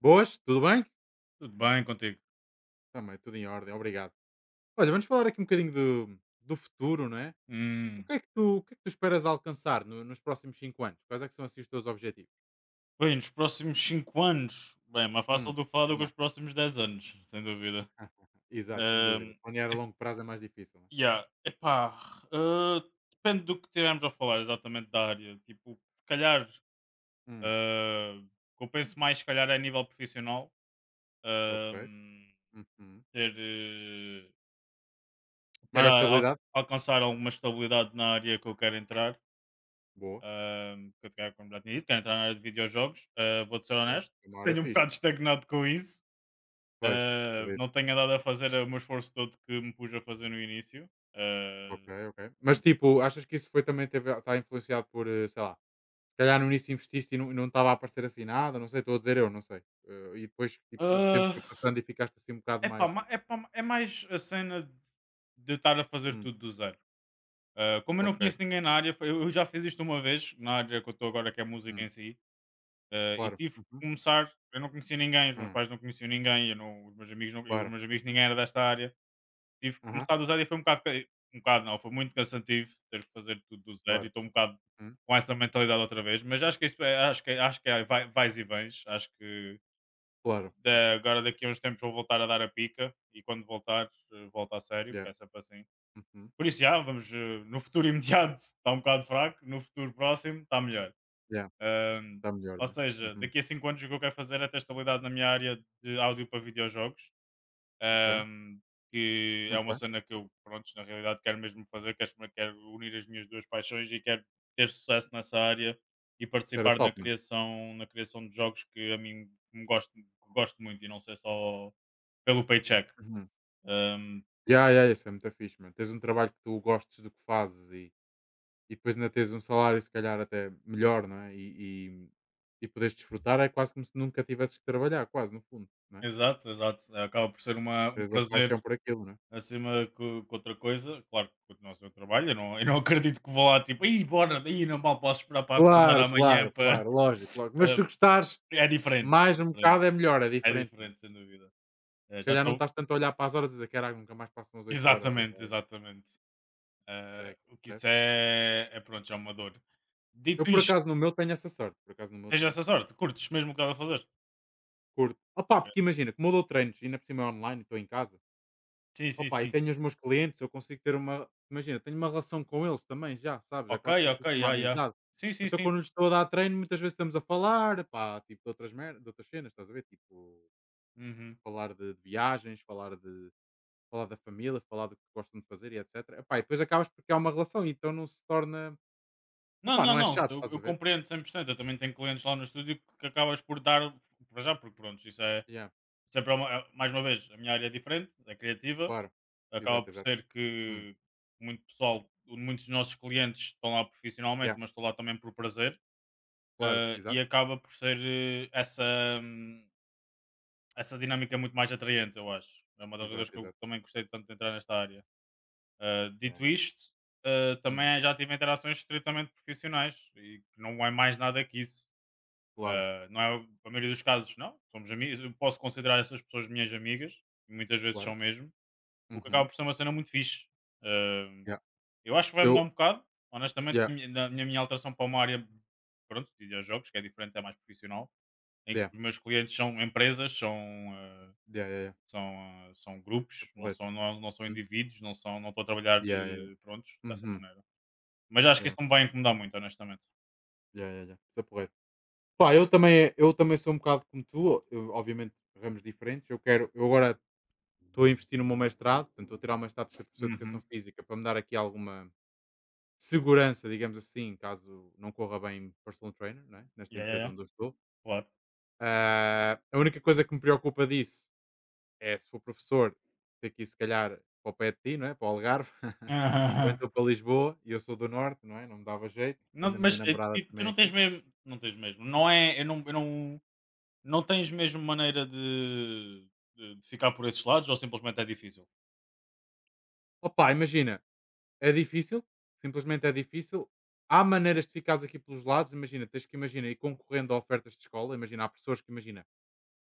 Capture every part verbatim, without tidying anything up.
Boas, tudo bem? Tudo bem contigo? Também, tudo em ordem, obrigado. Olha, vamos falar aqui um bocadinho do, do futuro, não é? O Hum. que é que tu, o que é que tu esperas alcançar no- nos próximos cinco anos? Quais é que são assim os teus objetivos? Bem, nos próximos cinco anos. Bem, é mais fácil Hum. do que falar do Diz-me que lá. os próximos dez anos, sem dúvida. Exato, sem dúvida. Ahm, Planear a ep- longo prazo é mais difícil, não é? yeah, epá, ah, depende do que estivermos a falar exatamente da área. Tipo, se calhar, Hum, ah, o que eu penso mais, se calhar, é a nível profissional. ok. ahm, Uhum. ter, eh, ter Maior a- al- estabilidade? alcançar alguma estabilidade na área que eu quero entrar. Boa, Ahm, que eu, se como já tinha dito, quero entrar na área de videojogos, ah, vou-te ser boa. honesto, É uma área tenho um fixe. bocado estagnado com isso, Pois, ah, não acredito. tenho andado a fazer o meu esforço todo que me pus a fazer no início. Ok, Ah, ok. Mas tipo, achas que isso foi também, teve, está influenciado por, eh, sei lá. Se calhar no início investiste e não e não estava a aparecer assim nada, não sei, estou a dizer eu, não sei. Eh, e depois, tipo, o tempo foi ah, passando e ficaste assim um bocado epá, mais. ma- epá, ma- é, mais a cena de de eu estar a fazer Hum. tudo do zero. Ah, como eu não Ok. conheço ninguém na área, foi- eu já fiz isto uma vez, na área que eu estou agora, que é música Uhum. em si, ah, e Claro. tive que Uhum. começar. Eu não conhecia ninguém, os meus Hum. pais não conheciam ninguém, eu não, os, meus amigos não, os Claro. meus amigos Uhum. ninguém era desta área. Tive que Aham. começar do zero e foi um bocado ca um bocado não, foi muito cansativo ter que fazer tudo do zero e Claro. estou um bocado Uhum. com essa mentalidade outra vez, mas acho que isso é acho que acho que é vai vais e vens, acho que Claro. da Uhum. agora daqui a uns tempos vou voltar a dar a pica e quando voltar, eh, volto a sério, Yeah. que é sempre assim. Uhum. Por isso, já, vamos, eh, no futuro imediato está um bocado fraco, no futuro próximo está melhor. Yeah, Hã, está melhor, ou não é? seja, Uhum. daqui a cinco anos o que eu quero fazer é ter estabilidade na minha área de áudio para videojogos. Ok. Ahm, que é Muito uma bem. cena que eu, pronto, na realidade quero mesmo fazer, quero, exper- quero unir as minhas duas paixões e quero ter sucesso nessa área e Isso era participar na top, mano. criação, na criação de jogos que a mim me gosto, que gosto muito e não ser só pelo paycheck. Uhum. Ahm, Yeah, yeah, yeah, isso é muito fixe, mano. Tens um trabalho que tu gostes do que fazes, e, e depois ainda tens um salário, se calhar, até melhor, não é? E, e, e poderes desfrutar é quase como se nunca tivesses que trabalhar, quase, no fundo, não é? exato, exato. Acaba por ser uma, um Tens a prazer paixão por aquilo, não é? acima que, que outra coisa. Claro que continua a ser um trabalho, eu não, eu não acredito que vou lá tipo, aí bora, aí não mal posso esperar para acordar Claro, claro, amanhã para. claro, lógico, lógico. Mas se gostares É diferente, é mais um diferente. bocado é melhor, é É diferente, não é? diferente, sem dúvida. Eh, Se já calhar não estou. estás tanto a olhar para as horas e dizer: "Caraca, nunca mais passam as oito horas", ou Exatamente, vai, exatamente. Eh, seca, o que percebes? isso é é pronto, já é uma dor. Eu Dito por isto, acaso no meu tenho essa sorte, por acaso no meu tens tenho essa essa sorte. sorte, curtes mesmo o que estás a fazer? Curto. Opa, É. porque imagina, como eu dou treinos e ainda por cima é online e estou em casa, Sim, sim, opa, e sim. tenho os meus clientes, eu consigo ter uma imagina, tenho uma relação com eles também já, sabes? É Ok, quase como se ok, fosse uma já, já. amizade. Sim, sim, Então sim. quando lhes estou a dar treino, muitas vezes estamos a falar, pá, tipo de outras mer de outras cenas, estás a ver? Tipo Uhum. falar de viagens, falar de falar da família, falar do que gostam de fazer e etcétera. Epá, e depois acabas porque criar uma relação, então não se torna Não, opá, não, não é não, chato, eu estás a eu ver? compreendo cem por cento, eu também tenho clientes lá no estúdio que acabas por dar para já, porque pronto, isso é Yeah, sempre é uma é mais uma vez, a minha área é diferente, é criativa, claro. acaba Exato, por exato. ser Hum. que muito pessoal muitos dos nossos clientes estão lá Yeah, profissionalmente, mas estão lá também por prazer. claro. Eh, e Exato, acaba por ser eh, essa, hum, essa dinâmica muito mais atraente, eu acho. É uma das razões exato, que eu exato. também gostei tanto de entrar nesta área. Eh, Yeah, yeah, dito yeah. isto, eh, Hum, também já tive interações estritamente profissionais e que não é mais nada que isso. claro, Eh, não é a maioria dos casos, não. Somos amigos. Eu posso considerar essas pessoas minhas amigas, e muitas vezes claro. são mesmo, o que acaba Uhum. por ser uma cena muito fixe. Eh, Yeah. eu acho que vai mudar Eu um bocado, honestamente, Yeah, na minha, na minha alteração para uma área, pronto, de videojogos, que é diferente, é mais profissional em que yeah, os meus clientes são empresas, são, eh, yeah, yeah, yeah. são, ah, são Tá grupos, não porreiro. são, não, não são Hum. indivíduos, não, são, não estou a trabalhar Yeah, yeah, yeah. de prontos dessa Uhum. maneira. Mas acho que isso Yeah, não me vai incomodar muito, honestamente. yeah, yeah, yeah. Tá porreiro. Pá, eu também eu também sou um bocado como tu, eu obviamente ramos diferentes. Eu quero eu agora estou a investir no meu mestrado, portanto, estou a tirar o mestrado para ser professor de educação Uhum. física para me dar aqui alguma segurança, digamos assim, caso não corra bem personal trainer, né? Nesta Yeah, yeah, empresa yeah. onde eu estou. Claro. Ah, a única coisa que me preocupa disso é se for professor, ter que ir se calhar para o pé de ti, não é? Para o Algarve, ou Aham. então para Lisboa, e eu sou do Norte, não é? Não me dava jeito, tendo Não, a minha mas eh, namorada ti- tu também não tens aqui. mesmo. Não tens mesmo. Não é. Eu não, eu não, não tens mesmo maneira de, de, de ficar por esses lados ou simplesmente é difícil? Opa, imagina, é difícil, simplesmente é difícil. Há maneiras de ficares aqui pelos lados, imagina, tens que imaginar ir concorrendo a ofertas de escola, imagina, há professores que imagina,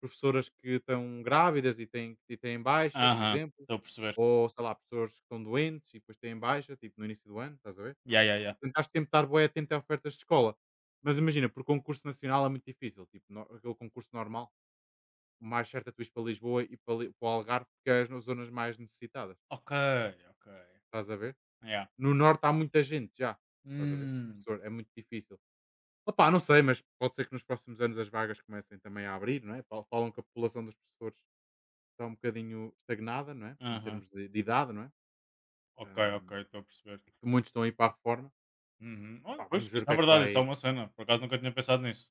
professoras que estão grávidas e têm, e têm, baixa, por Aham. exemplo, Estou a perceber. ou sei lá, pessoas que estão doentes e depois têm baixa, tipo no início do ano, estás a ver? Yeah, yeah, yeah. E tentaste sempre estar bué atento a ofertas de escola. Mas imagina, por concurso nacional é muito difícil, tipo, no- aquele concurso normal, o mais certo é tu ires para Lisboa e para, Li- para o Algarve, porque é as zonas mais necessitadas, Ok, ok. estás a ver? Yeah. No norte há muita gente já, estás a ver? Hum. Professor, é muito difícil. Opá, não sei, mas pode ser que nos próximos anos as vagas comecem também a abrir, não é? Fal- Falam que a população dos professores está um bocadinho estagnada, não é? Em Aham. termos de, de idade, não é? Ok, ok, Ahm, estou a perceber. e que muitos estão a ir para a reforma. Uhum. Pá, Olha, pois, vamos ver o isso que é é que verdade, vai, isso é uma cena. Por acaso nunca tinha pensado nisso.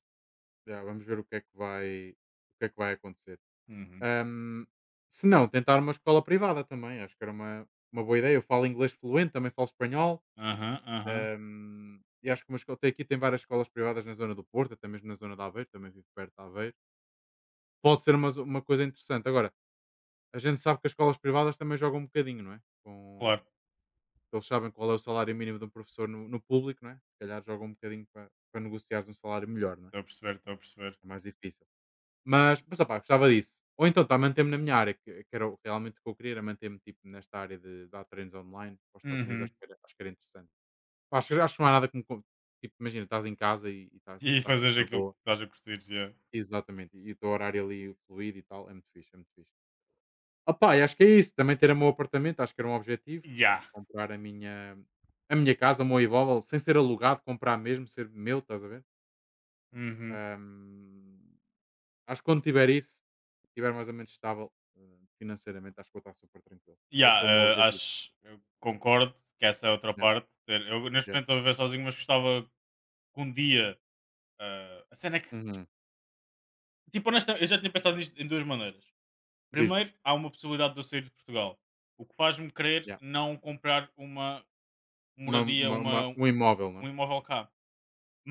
já, vamos ver o que é que vai, o que é que vai acontecer. Uhum. Ahm, Se não, tentar uma escola privada também, acho que era uma, uma boa ideia. Eu falo inglês fluente, também falo espanhol. Aham, aham. Ahm, e acho que uma escola, tem aqui tem várias escolas privadas na zona do Porto, até mesmo na zona de Aveiro, também vivo perto de Aveiro. Pode ser uma, zo- uma coisa interessante. Agora, a gente sabe que as escolas privadas também jogam um bocadinho, não é? Claro, Com, eles sabem qual é o salário mínimo de um professor no, no público, não é? Se calhar jogam um bocadinho para, para negociares um salário melhor, não é? estou a perceber, estou a perceber. É mais difícil. Mas, mas opá, gostava disso. Ou então, tá, manter-me na minha área, que, que era o- realmente o que eu queria, era manter-me tipo, nesta área de dar treinos online para os Estados Unidos, Uhum. acho que era, acho que era interessante. Pá, acho acho que não há nada como co tipo, imagina, estás em casa e e estás E estás, tipo, fazes na aquilo que boa. estás a curtir, já. Exatamente, e o teu horário ali fluir e tal, é muito fixe, é muito fixe. Opá, e acho que é isso, também ter o meu apartamento, acho que era um objetivo, Yeah. comprar a minha a minha casa, o meu imóvel, sem ser alugado, comprar mesmo, ser meu, estás a ver? Uhum. Hum, Acho que quando tiver isso, estiver mais ou menos estável, eh, financeiramente, acho que vou estar super tranquilo. Esse é o Yeah, meu eh, objetivo. acho, eu concordo que essa é outra Yeah, parte. Ter- Eu neste yeah. momento estou a viver sozinho, mas gostava que um dia. eh, a cena é que. Uhum. Tipo, honesta, eu já tinha pensado nisto em duas maneiras. Diz-me. Primeiro, há uma possibilidade de eu sair de Portugal, o que faz-me querer Yeah. não comprar uma Uma moradia, uma uma, uma um imóvel, não um é? imóvel cá.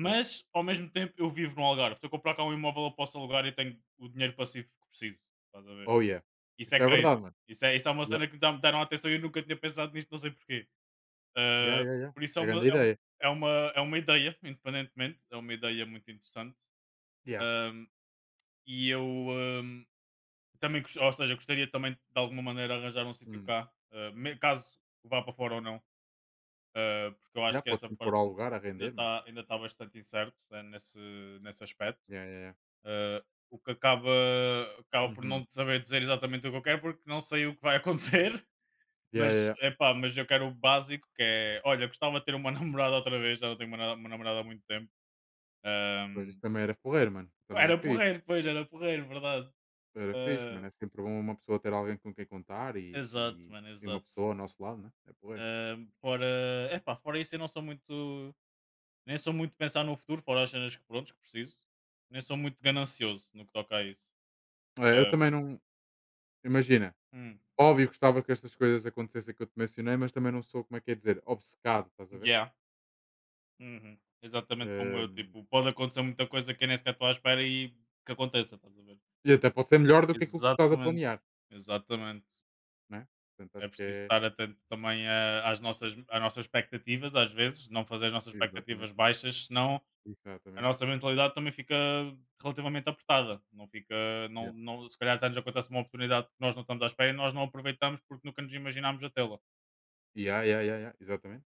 Yeah. ao mesmo tempo, eu vivo no Algarve. Se eu comprar cá um imóvel, eu posso alugar e tenho o dinheiro passivo que preciso. Estás a ver? Oh, yeah. Isso Isso é é verdade, crazy. mano. Isso é, isso é uma Yeah. cena que me dá- me deram atenção e eu nunca tinha pensado nisto, não sei porquê. Yeah, Ah, yeah, yeah. por isso É é uma, grande é, um- ideia. é uma, é uma ideia, independentemente. É uma ideia muito interessante. Yeah. Ahm, e eu ahm, também, gos- ou seja, gostaria também de alguma maneira arranjar um sítio Hum. cá, ah, me- caso vá para fora ou não. Uh, porque eu acho Yeah, que pode essa sempre pôr parte ao lugar a ainda render, mano. está ainda tá bastante incerto né, nesse, nesse aspecto. Yeah, yeah, yeah. Uh, o que acaba, acaba por Uhum. não saber dizer exatamente o que eu quero, porque não sei o que vai acontecer. Yeah, Mas, yeah, yeah. epá, mas eu quero o básico, que é... Olha, gostava de ter uma namorada outra vez, já não tenho uma, na- uma namorada há muito tempo. Pois Um, isso também era porreiro, mano. Também é era fixe. porreiro, pois, era porreiro, verdade. Era fixe, Uh, mano. É sempre bom uma pessoa ter alguém com quem contar, e, exato, e, mano, e uma exato. pessoa ao nosso lado, né? É porreiro. Uh, fora, epá, fora isso eu não sou muito... Nem sou muito de pensar no futuro, fora as cenas que prontos que preciso. Nem sou muito ganancioso no que toca a isso. É, eu Eh, também não. Imagina. hum, Óbvio que gostava que estas coisas acontecessem que eu te mencionei, mas também não sou, como é que é dizer, obcecado, estás a ver? yeah. Uhum. Exatamente como eu, Hum, tipo, pode acontecer muita coisa que eu nem sequer estou à espera e que aconteça, estás a ver? e até pode ser melhor do que aquilo que tu estás a Exatamente. planear, Exatamente. né? Portanto, É acho que preciso é. estar atento também a- às, nossas, às nossas expectativas, às vezes, não fazer as nossas Exatamente. expectativas baixas, senão a Exatamente. nossa mentalidade também fica relativamente apertada. Não fica, não, Yeah. não, se calhar até nos acontece uma oportunidade que nós não estamos à espera e nós não aproveitamos porque nunca nos imaginámos a tê-la. Yeah, yeah, yeah, yeah, exatamente.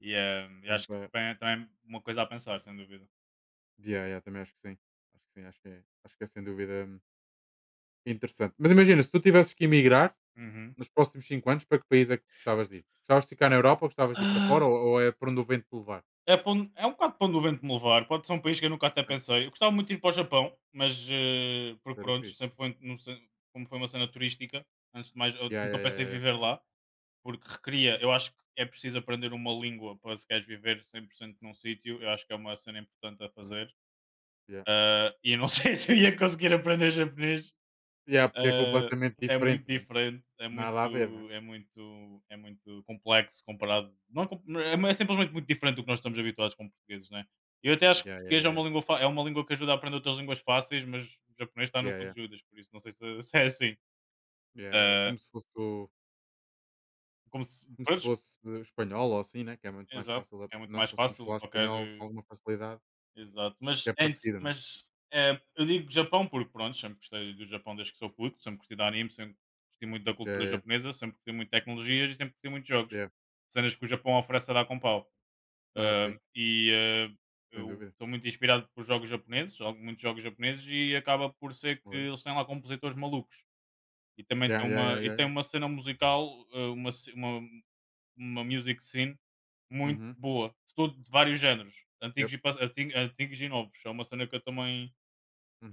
E, eh, e acho Portanto, que isso é, também, é- também é uma coisa a pensar, sem dúvida. yeah, yeah, também acho que sim. Acho que sim, acho que é, acho que é sem dúvida, hum, interessante. Mas imagina, se tu tivesses que emigrar Uhum. nos próximos cinco anos, para que país é que gostavas de ir? Gostavas de ficar na Europa ou gostavas de ir para Ah, fora, ou, ou é por onde o vento te levar? é, pão- é um bocado pão do vento me levar. Pode ser um país que eu nunca até É, pensei. Eu gostava muito de ir para o Japão, mas eh, porque era pronto, fixe. sempre foi, num ce- como foi uma cena turística. Antes de mais, eu Yeah, yeah, nunca yeah, pensei em yeah, viver lá. Porque recria, eu acho que é preciso aprender uma língua para se queres viver cem por cento num sítio, eu acho que é uma cena importante a fazer. yeah. Ah, e eu não sei se eu ia conseguir aprender japonês. Yeah, porque é Ah, completamente é diferente, muito não é? diferente, é muito, Nada a ver, não é? é muito, é muito complexo comparado. Não é, com- é simplesmente muito diferente do que nós estamos habituados com portugueses, né? Eu até acho que Yeah, yeah, português é yeah, uma língua, fa- é uma língua que ajuda a aprender outras línguas fáceis, mas o japonês está no yeah, yeah, cu yeah, de Judas, por isso não sei se, se é assim. yeah, yeah, Ah, Como se fosse o, como se, como se pois, fosse o espanhol ou assim, né? Que é muito mais exato, fácil. a- é muito Nós mais conseguimos fácil falar qualquer. espanhol com alguma facilidade, Exato, que mas é ent parecido, não é? mas, eh, eu digo Japão porque pronto, sempre gostei do Japão desde que sou puto, sempre gostei de anime, sempre gostei muito da Yeah, cultura yeah, japonesa, sempre gostei muito de tecnologias e sempre gostei muito de jogos. yeah. Cenas que o Japão oferece a dar com pau. Ah, Hã, sim, e, hã, sem eu dúvida. estou muito inspirado por jogos japoneses, jogo muitos jogos japoneses e acaba por ser que Olha. eles têm lá compositores malucos. E também Yeah, tem yeah, yeah, uma e yeah, tem yeah. uma cena musical, hã, uma ce uma uma music scene muito Uhum. boa, de todo de vários géneros, antigos Yep. e, pas- anti- antigos e novos. É uma cena que eu também,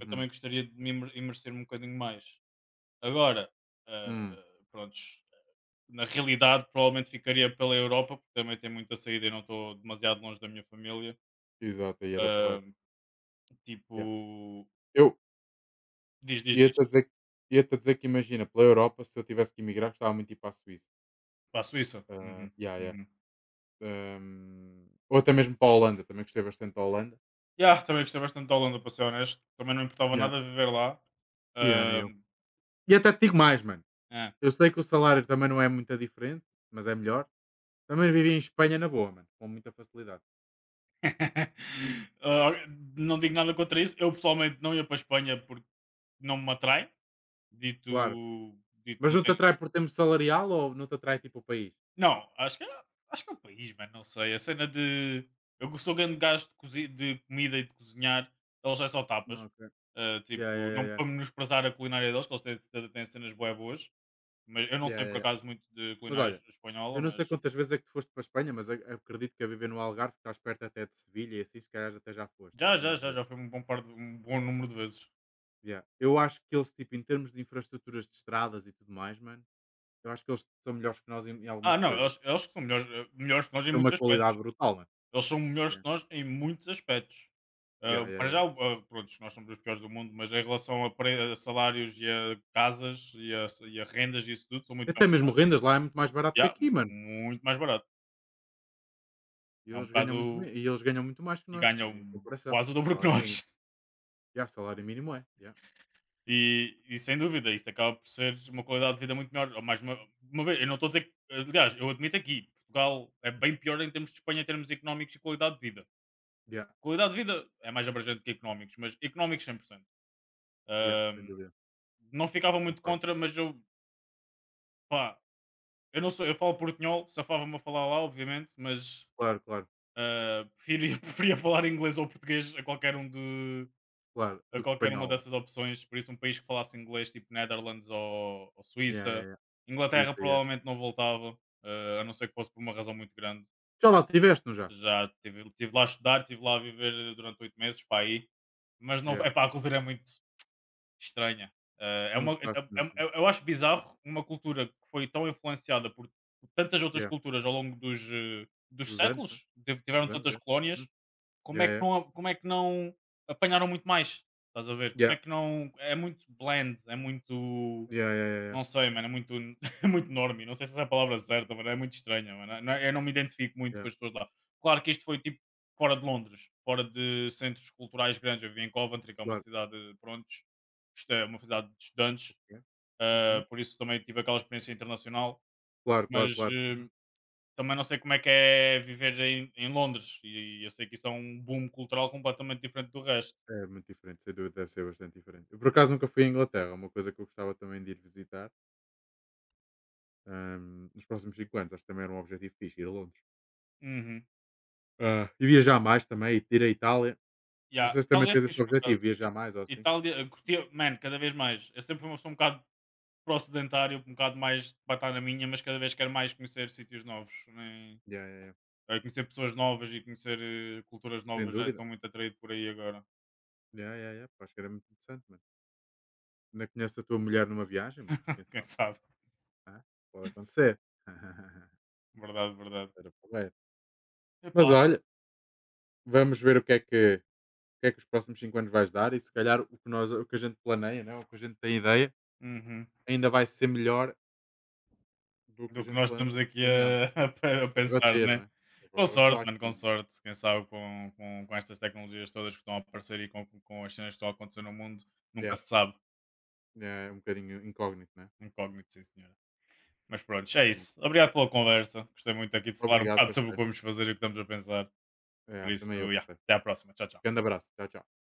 eu também gostaria de me imer- imerser um bocadinho mais. Agora, ah, Hum. pronto, na realidade provavelmente ficaria pela Europa, porque também tem muita saída e não estou demasiado longe da minha família. Exato, aí era Ah, porreiro. tipo, Yeah. Eu diz, diz, ia-te a diz, dizer, ia-te a dizer que imagina, pela Europa, se eu tivesse que emigrar, gostava muito de ir para a Suíça. para a Suíça. Ah, Uhum, yeah, yeah. uhum. Ahm, ou até mesmo para a Holanda, também gostei bastante da Holanda. Yeah, também gostei bastante da Holanda, para ser honesto. Também não importava Yeah. nada viver lá. Yeah, nem Ah, eu. E até te digo mais, mano. é. Eu sei que o salário também não é muito diferente, mas é melhor. Também vivi em Espanha na boa, mano, com muita facilidade. Ah, não digo nada contra isso. Eu pessoalmente não ia para a Espanha porque não me atrai. Dito, Claro. dito Mas não não te tenho. atrai por termos salarial ou não te atrai tipo o país? Não, acho que, é- acho que é o país, mano. Não sei. A cena de. Eu que sou grande gajo de, cozi- de comida e de cozinhar, eles é só tapas. Ok. Ah, Ya, ya, tipo, ya, não ya. para menosprezar a culinária deles, que eles têm, têm têm cenas bué boas. Mas eu não Ya, sei ya, por ya. acaso muito de Mas culinária es- olha, eu espanhola, não mas sei quantas vezes é que tu foste para a Espanha, mas ac- acredito que a viver no Algarve, que estás perto até de Sevilha e assim, se calhar até já foste já, já, algumas já, vezes. já foi um bom, par de, um bom número de vezes. Ya. Eu acho que eles, tipo, em termos de infraestruturas de estradas e tudo mais, mano, eu acho que eles são melhores que nós em, em Ah, algumas Não, coisas. eles, eles que são melhores, melhores que nós em É muitos uma qualidade aspectos. brutal, mano. Eles são melhores Ya, que nós em muitos aspectos. ya, Ah, ya, para ya. Já, ah, pronto, nós somos os piores do mundo, mas em relação a, pre- a salários e a casas e a, e a rendas e isso tudo, são muito bons. Até mesmo rendas lá é muito mais barato que Yeah, aqui, mano. muito mais barato. E É um eles ganham muito, bocado. me- e eles ganham muito mais que E nós, ganham em comparação. quase o dobro que Salário mínimo. nós. Ya, salário mínimo é. Ya, E, e sem dúvida, isso acaba por ser uma qualidade de vida muito melhor. Ou mais uma, uma vez, eu não estou a dizer que. Aliás, eu admito aqui, Portugal é bem pior em termos de Espanha, em termos económicos e qualidade de vida. ya, Qualidade de vida é mais abrangente que económicos, mas económicos cem por cento ya, sem dúvida. não ficava muito Concordo. contra, mas eu, pá, eu não sou, eu falo portunhol, safava-me a falar lá, obviamente, mas Claro, claro, ah, preferia, preferia falar inglês ou português a qualquer um de claro. a Do que qualquer uma espanhol, né? dessas opções, por isso um país que falasse inglês, tipo Netherlands ou, ou Yeah, yeah, Suíça, yeah. Por Inglaterra isso, aí, yeah. provavelmente não voltava, ah, a não ser que fosse por uma razão muito grande. Já lá estiveste, não já? Já estive tive tive lá a estudar, estive lá a viver durante oito meses, para aí, mas não, Yeah. é pá, a cultura é muito estranha. Eh, é Não uma é gostaste muito, é não? eu eu acho bizarro uma cultura que foi tão influenciada por tantas outras Yeah. culturas ao longo dos, eh, dos Dos anos, né? séculos, ti Dos tiveram anos, tantas yeah. colónias, Uhum. como Yeah, é que yeah. não como é que não apanharam muito mais, estás a ver? Como Yeah. é que não é muito bland, é muito Yeah, yeah, yeah, yeah. não sei, mano, é muito, é muito normie. Não sei se essa é a palavra certa, mas é muito estranha, mano. Não- é, Eu não me identifico muito com Yeah. as pessoas lá. Claro que isto foi tipo fora de Londres, fora de centros culturais grandes. Eu vivi em Coventry, que é uma Claro. cidade, prontos, isto é uma cidade de estudantes, Ok. Uhum. ah, por isso também tive aquela experiência internacional. Claro, Mas claro, claro. eh, Uhum. também não sei como é que é viver em, em Londres, e eu sei que isso é um boom cultural completamente diferente do resto. É muito diferente, sem dúvida deve ser bastante diferente. Eu por acaso nunca fui à Inglaterra, é uma coisa que eu gostava também de ir visitar, ahm, nos próximos cinco anos, acho que também era um objetivo fixe, ir a Londres. Uhum. Ah, e viajar mais também, e ir à Itália. Não Yeah. sei se também Itália é tens esse fixe, por acaso. objetivo, viajar mais ou I- assim. Itália, eu curtia, man, cada vez mais. Eu sempre fui uma pessoa um bocado para o sedentário, um bocado mais para estar na minha, mas cada vez quero mais conhecer sítios novos, nem Yeah, yeah, yeah. eh, conhecer pessoas novas e conhecer eh, culturas Sem novas. Já dúvida. estou muito atraído por aí agora. Yeah, yeah, yeah. Pá, acho que era muito interessante, mano. Ainda conheces a tua mulher numa viagem, mano. Quem Quem sabe, sabe? não é? Pode acontecer. Verdade, verdade. Era porreiro. Mas Epá. olha, vamos ver o que é que, o que é que os próximos cinco anos vais dar e se calhar o que, nós, o que, a gente planeia, né? O que a gente tem ideia, Uhum. ainda vai ser melhor do que a Do que gente nós plane, estamos do que aqui planeámos. a, a pe- a A pensar, debater, não né? é? Com Agora, sorte, oxalá que mano, com sim. sorte. Quem sabe com, com, com estas tecnologias todas que estão a aparecer e com, com as cenas que estão a acontecer no mundo, nunca Yeah. se sabe. É um bocadinho incógnito, né? Incógnito, sim, senhora. Mas pronto, é Pronto. isso. Obrigado pela conversa. Gostei muito aqui de falar um Obrigado, bocado sobre o que parceiro. vamos fazer e o que estamos a pensar. É, Por isso, também eu, yeah, parceiro. até à próxima. Tchau, tchau. Grande abraço. Tchau, tchau.